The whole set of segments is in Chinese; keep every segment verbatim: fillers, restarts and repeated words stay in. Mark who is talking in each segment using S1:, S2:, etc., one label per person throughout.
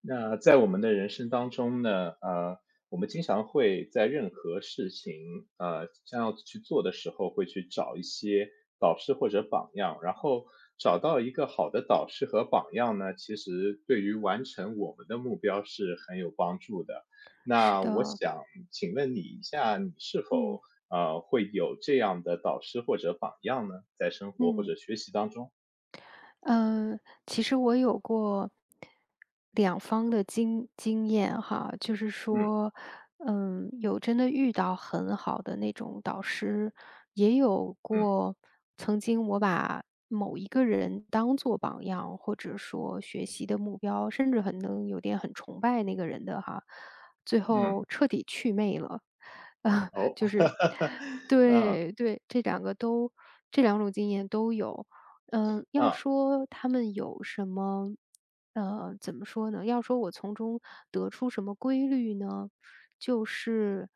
S1: 那在我们的人生当中呢，呃，我们经常会在任何事情，呃，将要去做的时候，会去找一些导师或者榜样，然后找到一个好的导师和榜样呢，其实对于完成我们的目标是很有帮助的。
S2: 是
S1: 那我
S2: 的，
S1: 想请问你一下，你是否
S2: 嗯
S1: 呃会有这样的导师或者榜样呢？在生活或
S2: 嗯。
S1: 者学习当中？
S2: 嗯，其实我有过两方的经经验哈，就是
S1: 嗯
S2: 说，嗯，有真的遇到很好的那种导师，也有
S1: 嗯
S2: 过曾经我把某一个人当做榜样，或者说学习的目标，甚至很能有点很崇拜那个人的哈，最
S1: 嗯，
S2: 后彻底祛魅了，啊，
S1: 哦，
S2: 就是
S1: 嗯嗯。
S2: 对对，这两个都这两种经验都有。呃，要
S1: 啊
S2: 说他们有什么，呃，怎么说呢？要说我从中得出什么规律呢？就是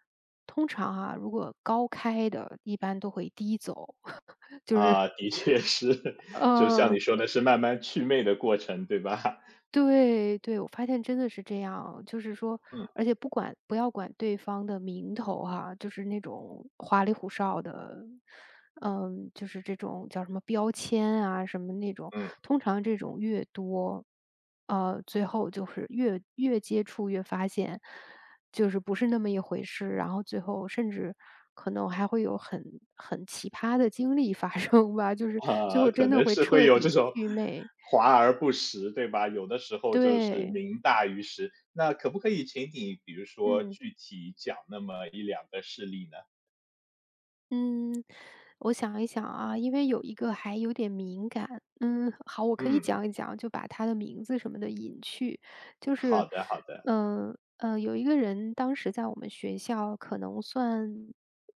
S2: 通常啊，如果高开的，一般都会低走，就是
S1: 啊，的确是，就像你
S2: 呃，
S1: 说的是慢慢祛魅的过程，对吧？
S2: 对对，我发现真的是这样，就是说，
S1: 嗯，
S2: 而且不管不要管对方的名头哈，就是那种花里胡哨的，嗯，就是这种叫什么标签啊，什么那种，
S1: 嗯，
S2: 通常这种越多，呃，最后就是越越接触越发现，就是不是那么一回事，然后最后甚至可能还会有很很奇葩的经历发生吧，就是最
S1: 啊，
S2: 后
S1: 可
S2: 真的
S1: 能
S2: 会
S1: 是会
S2: 彻
S1: 有这
S2: 底
S1: 种
S2: 祛魅，
S1: 华而不实，对吧？有的时候就是
S2: 对，
S1: 名大于实，那可不可以请你比如说
S2: 嗯。
S1: 具体讲那么一两个事例呢？
S2: 嗯，我想一想啊，因为有一个还有点敏感，嗯，好，我可以
S1: 嗯，
S2: 讲一讲，就把他的名字什么的隐去。就
S1: 好
S2: 是，
S1: 的好的，
S2: 嗯嗯，呃有一个人当时在我们学校可能算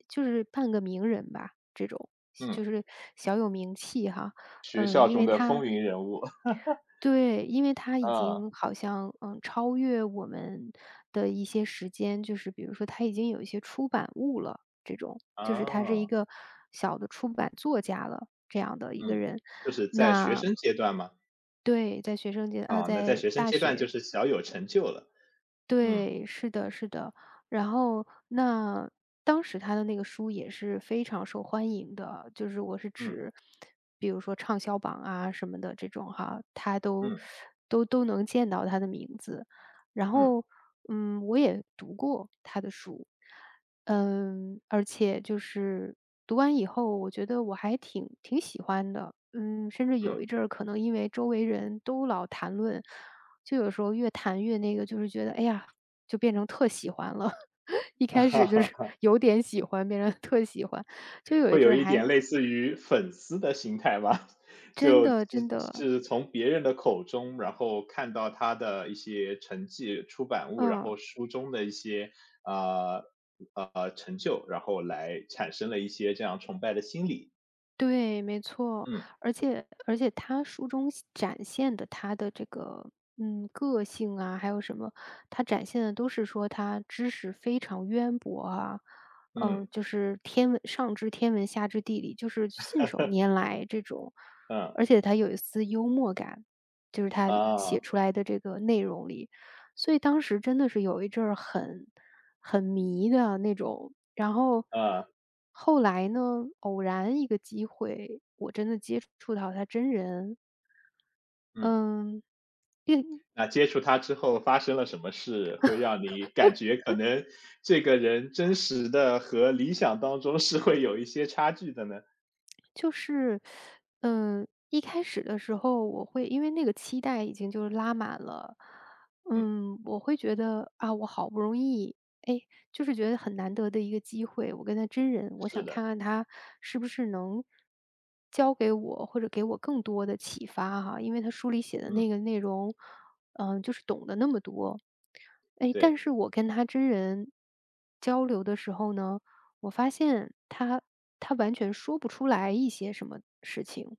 S2: 就是半个名人吧，这种就
S1: 嗯，
S2: 是小有名气哈，
S1: 学
S2: 嗯，
S1: 校
S2: 因
S1: 中
S2: 为
S1: 的风
S2: 他
S1: 云人物，
S2: 对，因为他 已
S1: 啊，
S2: 经好像，嗯，超越我们的一些时间，就是比如说他已经有一些出版物了，这种，就是他是一
S1: 啊，
S2: 个小的出版作家了，这样的一个
S1: 嗯，
S2: 人。
S1: 就是在学
S2: 那
S1: 生阶段嘛，
S2: 对，在学生阶啊，
S1: 啊，那在
S2: 在
S1: 学生
S2: 大
S1: 阶段就
S2: 学
S1: 是小有成就了，嗯，
S2: 对，是的，是的。然后那当时他的那个书也是非常受欢迎的，就是我是
S1: 嗯，
S2: 指，比如说畅销榜啊什么的这种哈，他都
S1: 嗯，
S2: 都都能见到他的名字。然
S1: 嗯，
S2: 后，嗯，我也读过他的书，嗯，而且就是读完以后，我觉得我还挺挺喜欢的，嗯，甚至
S1: 嗯。
S2: 有一阵儿可能因为周围人都老谈论。就有时候越谈越那个，就是觉得，哎呀，就变成特喜欢了。一开始就
S1: 啊，
S2: 是 有点喜欢，变成特喜欢，就有一
S1: 会有
S2: 阵儿
S1: 一
S2: 还
S1: 点类似于粉丝的心态吧，
S2: 真
S1: 就是
S2: 的真的
S1: 是从别人的口中，然后看到他的一些成绩、出版物，然
S2: 嗯。
S1: 后书中的一些呃呃成就，然后来产生了一些这样崇拜的心理。
S2: 对，没错，
S1: 嗯
S2: 而且而且他书中写展现的他的这个，嗯，个性啊，还有什么，他展现的都是说他知识非常渊博啊，
S1: 嗯
S2: 嗯，就是天文上知天文下知地理，就是信手拈 来这种，
S1: 嗯
S2: 而且他有一丝幽默感，就是他写
S1: 啊
S2: 出来的这个内容里，所以当时真的是有一阵儿很很迷的那种。然后
S1: 啊
S2: 后来呢，偶然一个机会，我真的接触到他真人。
S1: 嗯，
S2: 嗯，另
S1: 那接触他之后发生了什么事，会让你感觉可能这个人真实的和理想当中是会有一些差距的呢？
S2: 就是，嗯，一开始的时候我会因为那个期待已经就是拉满了，
S1: 嗯。
S2: 嗯，我会觉得啊，我好不容易，哎，就是觉得很难得的一个机会，我跟他真人，我
S1: 是
S2: 想
S1: 的，
S2: 看看他是不是能教给我或者给我更多的启发哈，因为他书里写的
S1: 嗯，
S2: 那个内容，嗯，就是懂得那么多，哎，但
S1: 对，
S2: 是我跟他真人交流的时候呢。我发现他他完全说不出来一些什么事情，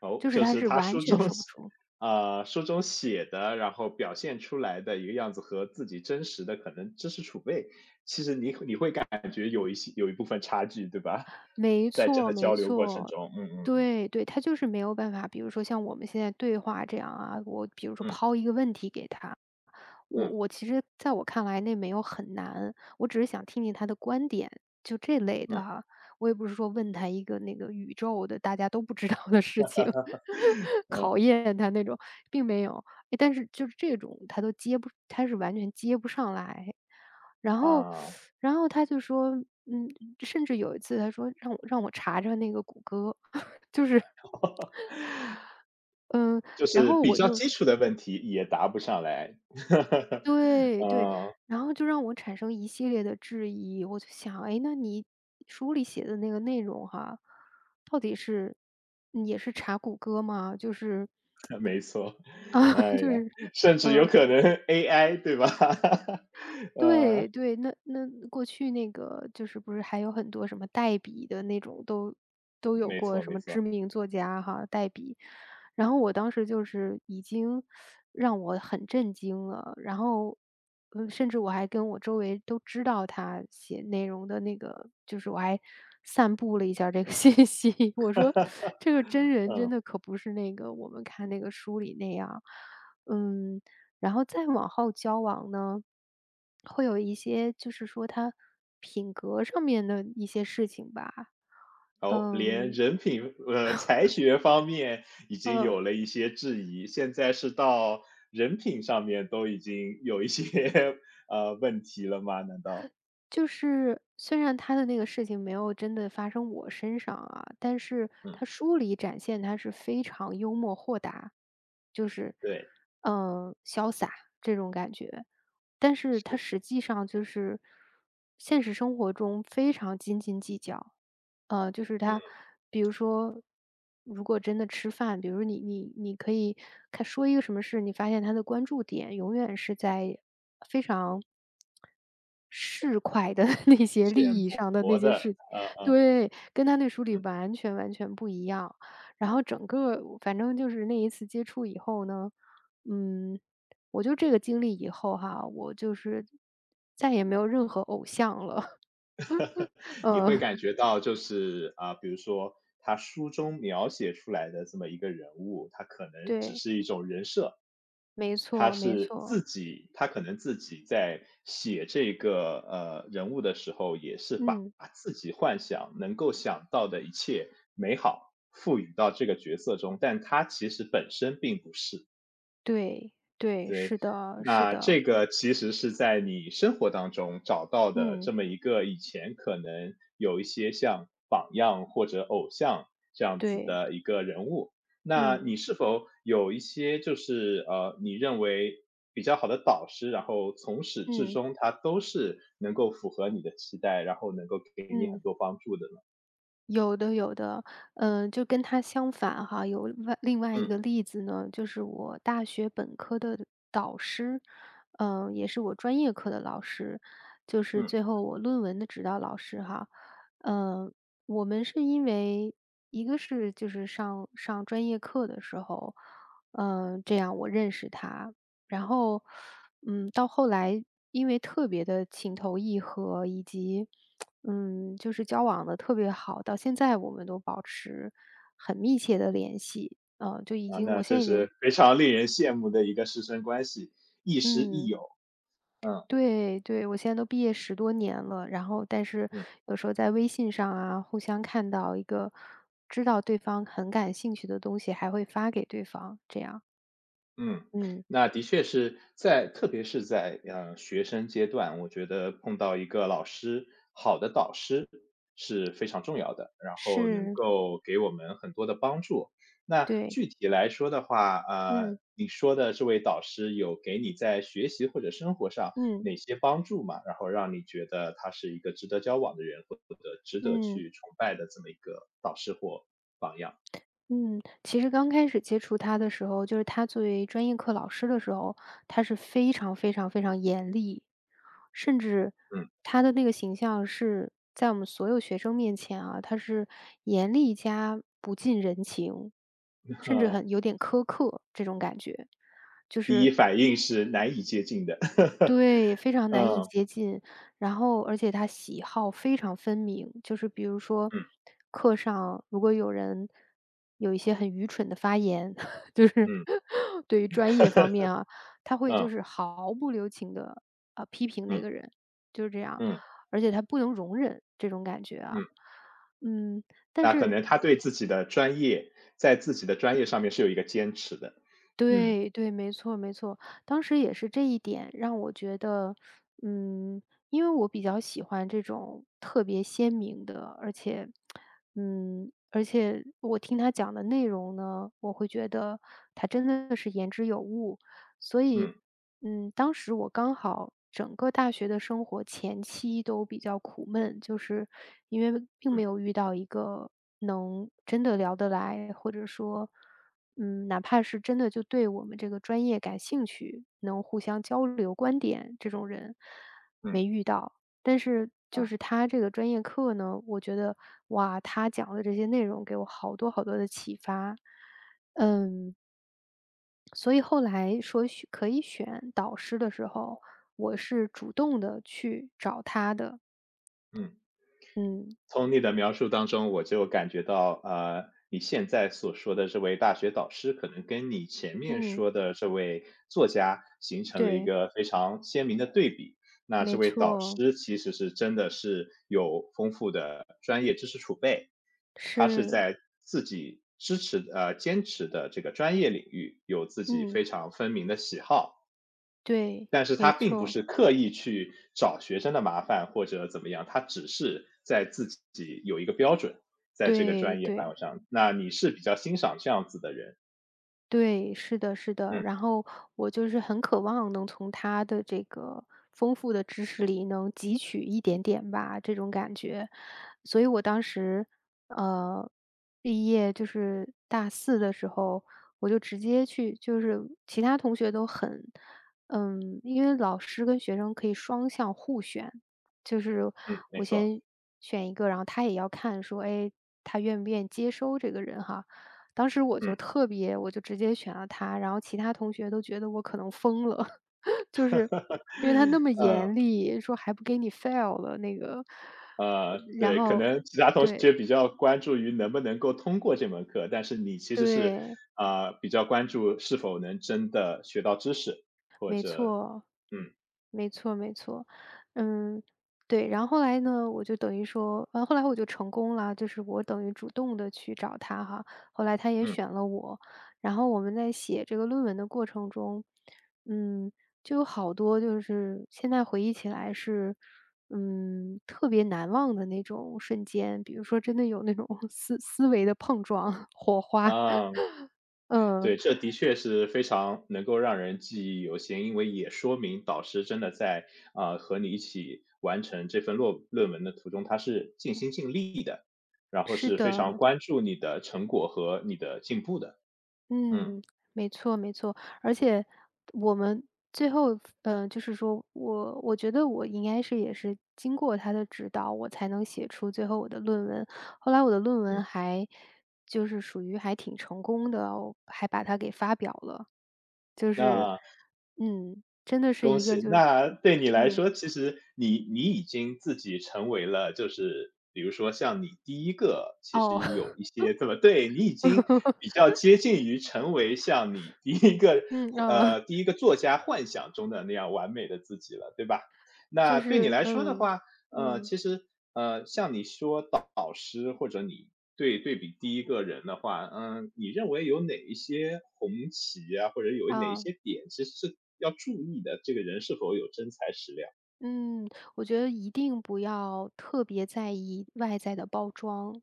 S1: 哦，
S2: 就是
S1: 就
S2: 他
S1: 是
S2: 是
S1: 他
S2: 完
S1: 书
S2: 全
S1: 中
S2: 说不出。
S1: 呃，书中写的，然后表现出来的一个样子和自己真实的可能知识储备，其实你你会感觉有一些有一部分差距，对吧？
S2: 没
S1: 在真
S2: 错
S1: 的
S2: 没
S1: 交流过程
S2: 错，
S1: 中，嗯嗯
S2: 对对，他就是没有办法，比如说像我们现在对话这样啊，我比如说
S1: 嗯
S2: 抛一个问题给他，
S1: 嗯
S2: 我
S1: 嗯
S2: 我其实在我看来那没有很难，我只是想听听他的观点，就这类
S1: 嗯，
S2: 的哈。我也不是说问他一个那个宇宙的大家都不知道的事情，
S1: 嗯，嗯
S2: 考验他那种，并没有。诶但是就是这种他都接不，他是完全接不上来。然后，
S1: 啊，
S2: 然后他就说，嗯，甚至有一次他说让我让我查查那个谷歌，就是，嗯，
S1: 就
S2: 然
S1: 是
S2: 后
S1: 比
S2: 我
S1: 较
S2: 就
S1: 基础的问题也答不上来。
S2: 对对，
S1: 嗯，
S2: 然后就让我产生一系列的质疑，我就想，哎，那你书里写的那个内容哈，到底是嗯也是查谷歌吗？就是
S1: 没错，
S2: 啊，
S1: 哎
S2: 就
S1: 呀，
S2: 是，
S1: 甚至有
S2: 嗯。
S1: 可能 A I 对吧？呃。
S2: 对对，那那过去那个就是不是还有很多什么代笔的那种都都有
S1: 没
S2: 过
S1: 错，
S2: 什
S1: 没
S2: 么知
S1: 错，
S2: 名作家哈，代笔。然后我当时就是已经让我很震惊了，然后，嗯，甚至我还跟我周围都知道他写内容的那个，就是我还散布了一下儿这个 信息，我说这个真人真
S1: 嗯，
S2: 的可不是那个我们看那个书里那样，嗯。然后再往后交往呢，会有一些就是说他品格上面的一些事情吧，
S1: 哦，连
S2: 嗯，
S1: 人品呃才学方面已经
S2: 嗯。
S1: 有了一些质疑，现在是到人品上面都已经有一些 呃问题了吗？难道？
S2: 就是虽然他的那个事情没有真的发生我身上啊，但是
S1: 嗯，
S2: 他书里展现他是非常幽默豁达，就是，
S1: 对，
S2: 嗯、呃潇洒这种感觉，但是他
S1: 是，
S2: 实际上就是现实生活中非常斤斤计较，呃，就是
S1: 嗯，
S2: 他，比如说，如果真的吃饭，比如你你你可以看说一个什么事，你发现他的关注点永远是在非常市侩的 那些利
S1: 浅
S2: 益上的
S1: 薄
S2: 那些
S1: 的，
S2: 事情
S1: 呃呃，
S2: 对，跟他那书里
S1: 嗯，
S2: 完全完全不一样。然后整个反正就是那一次接触以后呢，嗯，我就这个经历以后哈，我就是再也没有任何偶像了。
S1: 你会
S2: 呃，
S1: 感觉到就是啊、比如说他书中描写出来的这么一个人物，他可能只
S2: 对，
S1: 是一种人设，
S2: 没
S1: 他
S2: 错没
S1: 是
S2: 错，
S1: 自己，他可能自己在写这个呃人物的时候，也是把
S2: 嗯，
S1: 自己幻想能够想到的一切美好赋予到这个角色中，但他其实本身并不是。
S2: 对，对，
S1: 对，
S2: 是的是
S1: 那
S2: 的，
S1: 这个其实是在你生活当中找到的
S2: 嗯，
S1: 这么一个以前可能有一些像榜样或者偶像这样子
S2: 对，
S1: 的一个人物。那
S2: 嗯，
S1: 你是否有一些就是呃，你认为比较好的导师，然后从始至
S2: 嗯，
S1: 终他都是能够符合你的期待，然后能够给你很
S2: 嗯。
S1: 多帮助的呢？
S2: 有的有的，嗯，就跟他相反哈，有外另外一
S1: 嗯
S2: 个例子呢，就是我大学本科的导师，嗯，也是我专业课的老师，就是
S1: 嗯，
S2: 最后我论文的指导老师哈，嗯，我们是因为一个是就是上上专业课的时候，嗯，这样我认识他，然后，嗯，到后来因为特别的情投意合，以及嗯，就是交往的特别好，到现在我们都保持很密切的联系。呃，就已
S1: 啊，
S2: 经
S1: 那
S2: 我现
S1: 这
S2: 在已经
S1: 是非常令人羡慕的一个师生关系，亦师亦
S2: 嗯，
S1: 友。嗯。
S2: 对对，我现在都毕业十多年了，然后但是
S1: 嗯
S2: 有时候在微信上啊，互相看到一个知道对方很感兴趣的东西，还会发给对方，这样。
S1: 嗯，
S2: 嗯，
S1: 那的确是在特别是在，呃，学生阶段，我觉得碰到一个老师，好的导师是非常重要的，然后能
S2: 是，
S1: 够给我们很多的帮助。那
S2: 对，
S1: 具体来说的话，呃，
S2: 嗯，
S1: 你说的这位导师有给你在学习或者生活上
S2: 嗯，
S1: 哪些帮助吗？然后让你觉得他是一个值得交往的人，或者值得
S2: 嗯。
S1: 去崇拜的这么一个导师或榜样？
S2: 嗯，其实刚开始接触他的时候，就是他作为专业课老师的时候，他是非常非常非常严厉，甚至
S1: 嗯。
S2: 他的那个形象是在我们所有学生面前啊，他是严厉加不近人情，甚至很 有点苛刻这种感觉，就
S1: 第一
S2: 是
S1: 反应是难以接近的。
S2: 对，非常难以
S1: 嗯
S2: 接近。然后而且他喜好非常分明，就是比如说，
S1: 嗯
S2: 课上如果有人有一些很愚蠢的发言，就是
S1: 嗯
S2: 对于专业方面啊，他会就
S1: 嗯
S2: 是毫不留情的啊呃批评
S1: 嗯
S2: 那个人，就是这样，
S1: 嗯
S2: 而且他不能容忍这种感觉啊。
S1: 嗯，
S2: 嗯，但
S1: 那可
S2: 是
S1: 能他对自己的专业，在自己的专业上面是有一个坚持的。嗯
S2: 对对，没错没错。当时也是这一点让我觉得，嗯，因为我比较喜欢这种特别鲜明的，而且，嗯，而且我听他讲的内容呢，我会觉得他真的是言之有物，所以，
S1: 嗯
S2: 嗯，当时我刚好整个大学的生活前期都比较苦闷，就是因为并没
S1: 嗯
S2: 有遇到一个能真的聊得来，或者说，嗯，哪怕是真的就对我们这个专业感兴趣，能互相交流观点这种人
S1: 嗯，
S2: 没遇到。但是就
S1: 啊，
S2: 是他这个专业课呢，我觉得哇，他讲的这些内容给我好多好多的启发。嗯，所以后来说选可以选导师的时候，我是主动的去找他的。
S1: 嗯。
S2: 嗯，
S1: 从你的描述当中，我就感觉到，呃，你现在所说的这位大学导师，可能跟你前面
S2: 嗯，
S1: 说的这位作家形成了一
S2: 对，
S1: 个非常鲜明的对比。那这
S2: 没
S1: 位导
S2: 错，
S1: 师其实是真的是有丰富的专业知识储备，他是
S2: 是，
S1: 在自己支持呃坚持的这个专业领域有自己
S2: 嗯，
S1: 非常分明的喜好，
S2: 对，
S1: 但是他
S2: 没
S1: 并不
S2: 错，
S1: 是刻意去找学生的麻烦或者怎么样，他只是在自己有一个标准，在这个
S2: 对
S1: 专业范围
S2: 对。
S1: 上。那你是比较欣赏这样子的人，
S2: 对，是的，是的。
S1: 嗯
S2: 然后我就是很渴望能从他的这个丰富的知识里能汲取一点点吧，这种感觉。所以我当时，呃，毕业就是大四的时候，我就直接去，就是其他同学都很，嗯，因为老师跟学生可以双向互选，就是
S1: 嗯，没
S2: 我
S1: 错，
S2: 先选一个，然后他也要看说，哎，他愿不愿意接收这个人哈。当时我就
S1: 嗯
S2: 特别我就直接选了他，然后其他同学都觉得我可能疯了，就是因为他那么
S1: 嗯
S2: 严厉，说还不给你 fail 了那个，呃
S1: 呃，
S2: 然
S1: 对，可
S2: 后
S1: 能其他同
S2: 对
S1: 学比较关注于能不能够通过这门课，但是你其实是
S2: 对。
S1: 啊、呃比较关注是否能真的学到知识，或
S2: 没
S1: 者
S2: 错，
S1: 嗯
S2: 没错，没错，嗯，对。然后后来呢，我就等于说，呃，后来我就成功了，就是我等于主动的去找他哈，后来他也
S1: 嗯
S2: 选了我。然后我们在写这个论文的过程中，嗯，就有好多就是现在回忆起来是，嗯，特别难忘的那种瞬间，比如说真的有那种 思思维的碰撞、火花。
S1: 啊。
S2: 嗯，
S1: 对，这的确是非常能够让人记忆犹新，因为也说明导师真的在，啊和你一起完成这份论论文的途中，他是尽心尽力的，然后
S2: 是
S1: 是非常
S2: 的。
S1: 关注你的成果和你的进步的。嗯，
S2: 嗯，没错没错，而且我们最后，呃，就是说我我觉得我应该是也是经过他的指导，我才能写出最后我的论文。后来我的论文还就是属于还挺成功的哦，我还把它给发表了。就是，
S1: 那
S2: 嗯，真的是
S1: 恭
S2: 一个
S1: 喜！
S2: 就是，
S1: 那对你来
S2: 嗯，
S1: 说，其实你你已经自己成为了，就是比如说像你第一个其
S2: 哦，
S1: 实有一些这么对，你已经比 较接近于成为像你第一个
S2: 嗯，
S1: 呃，
S2: 啊，
S1: 第一个作家幻想中的那样完美的自己了，对吧？
S2: 就
S1: 那对你
S2: 是，
S1: 来说的
S2: 嗯，
S1: 话，呃，
S2: 嗯，
S1: 其实，呃，像你说导导师或者你对对比第一个人的话，嗯，你认为有哪一些红旗啊，或者有哪一
S2: 啊。
S1: 些点其实是要注意的，这个人是否有真材实料？
S2: 嗯，我觉得一定不要特别在意外在的包装。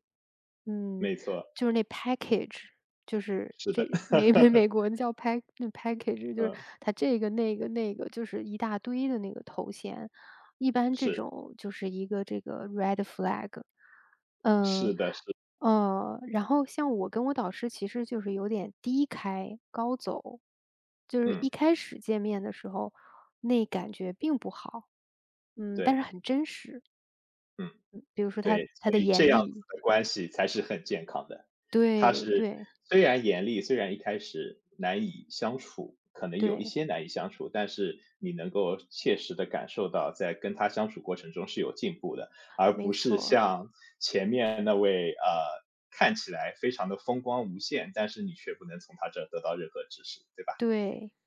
S2: 嗯，
S1: 没错，
S2: 就是那 package，就是
S1: 是的，
S2: 这美美美 国人叫 pack 那 package，就是
S1: 嗯，
S2: 它这个那个那个，就是一大堆的那个头衔。一般这
S1: 是，
S2: 种就是一个这个 red flag。
S1: 是
S2: 嗯。
S1: 的，是，
S2: 呃，然后像我跟我导师其实就是有点低开高走，就是
S1: 嗯，
S2: 一开始见面的时候，那感觉并不好，嗯，但是
S1: 对，
S2: 很真实，
S1: 嗯。
S2: 嗯，比如说他
S1: 对，
S2: 他
S1: 所
S2: 的
S1: 以这
S2: 严
S1: 样子
S2: 厉，
S1: 的关系才是很健康的。他
S2: 对
S1: 是
S2: 对
S1: 虽然严厉，虽然一开始难以相处，可能有一
S2: 对，
S1: 些难以相处，但是你能够切实的感受到，在跟他相处过程中是有进步的，而
S2: 没
S1: 不是
S2: 错，
S1: 像前面那位，呃，看起来非常的风光无限，但是你却不能从他这儿得到任何知识，对吧？
S2: 对。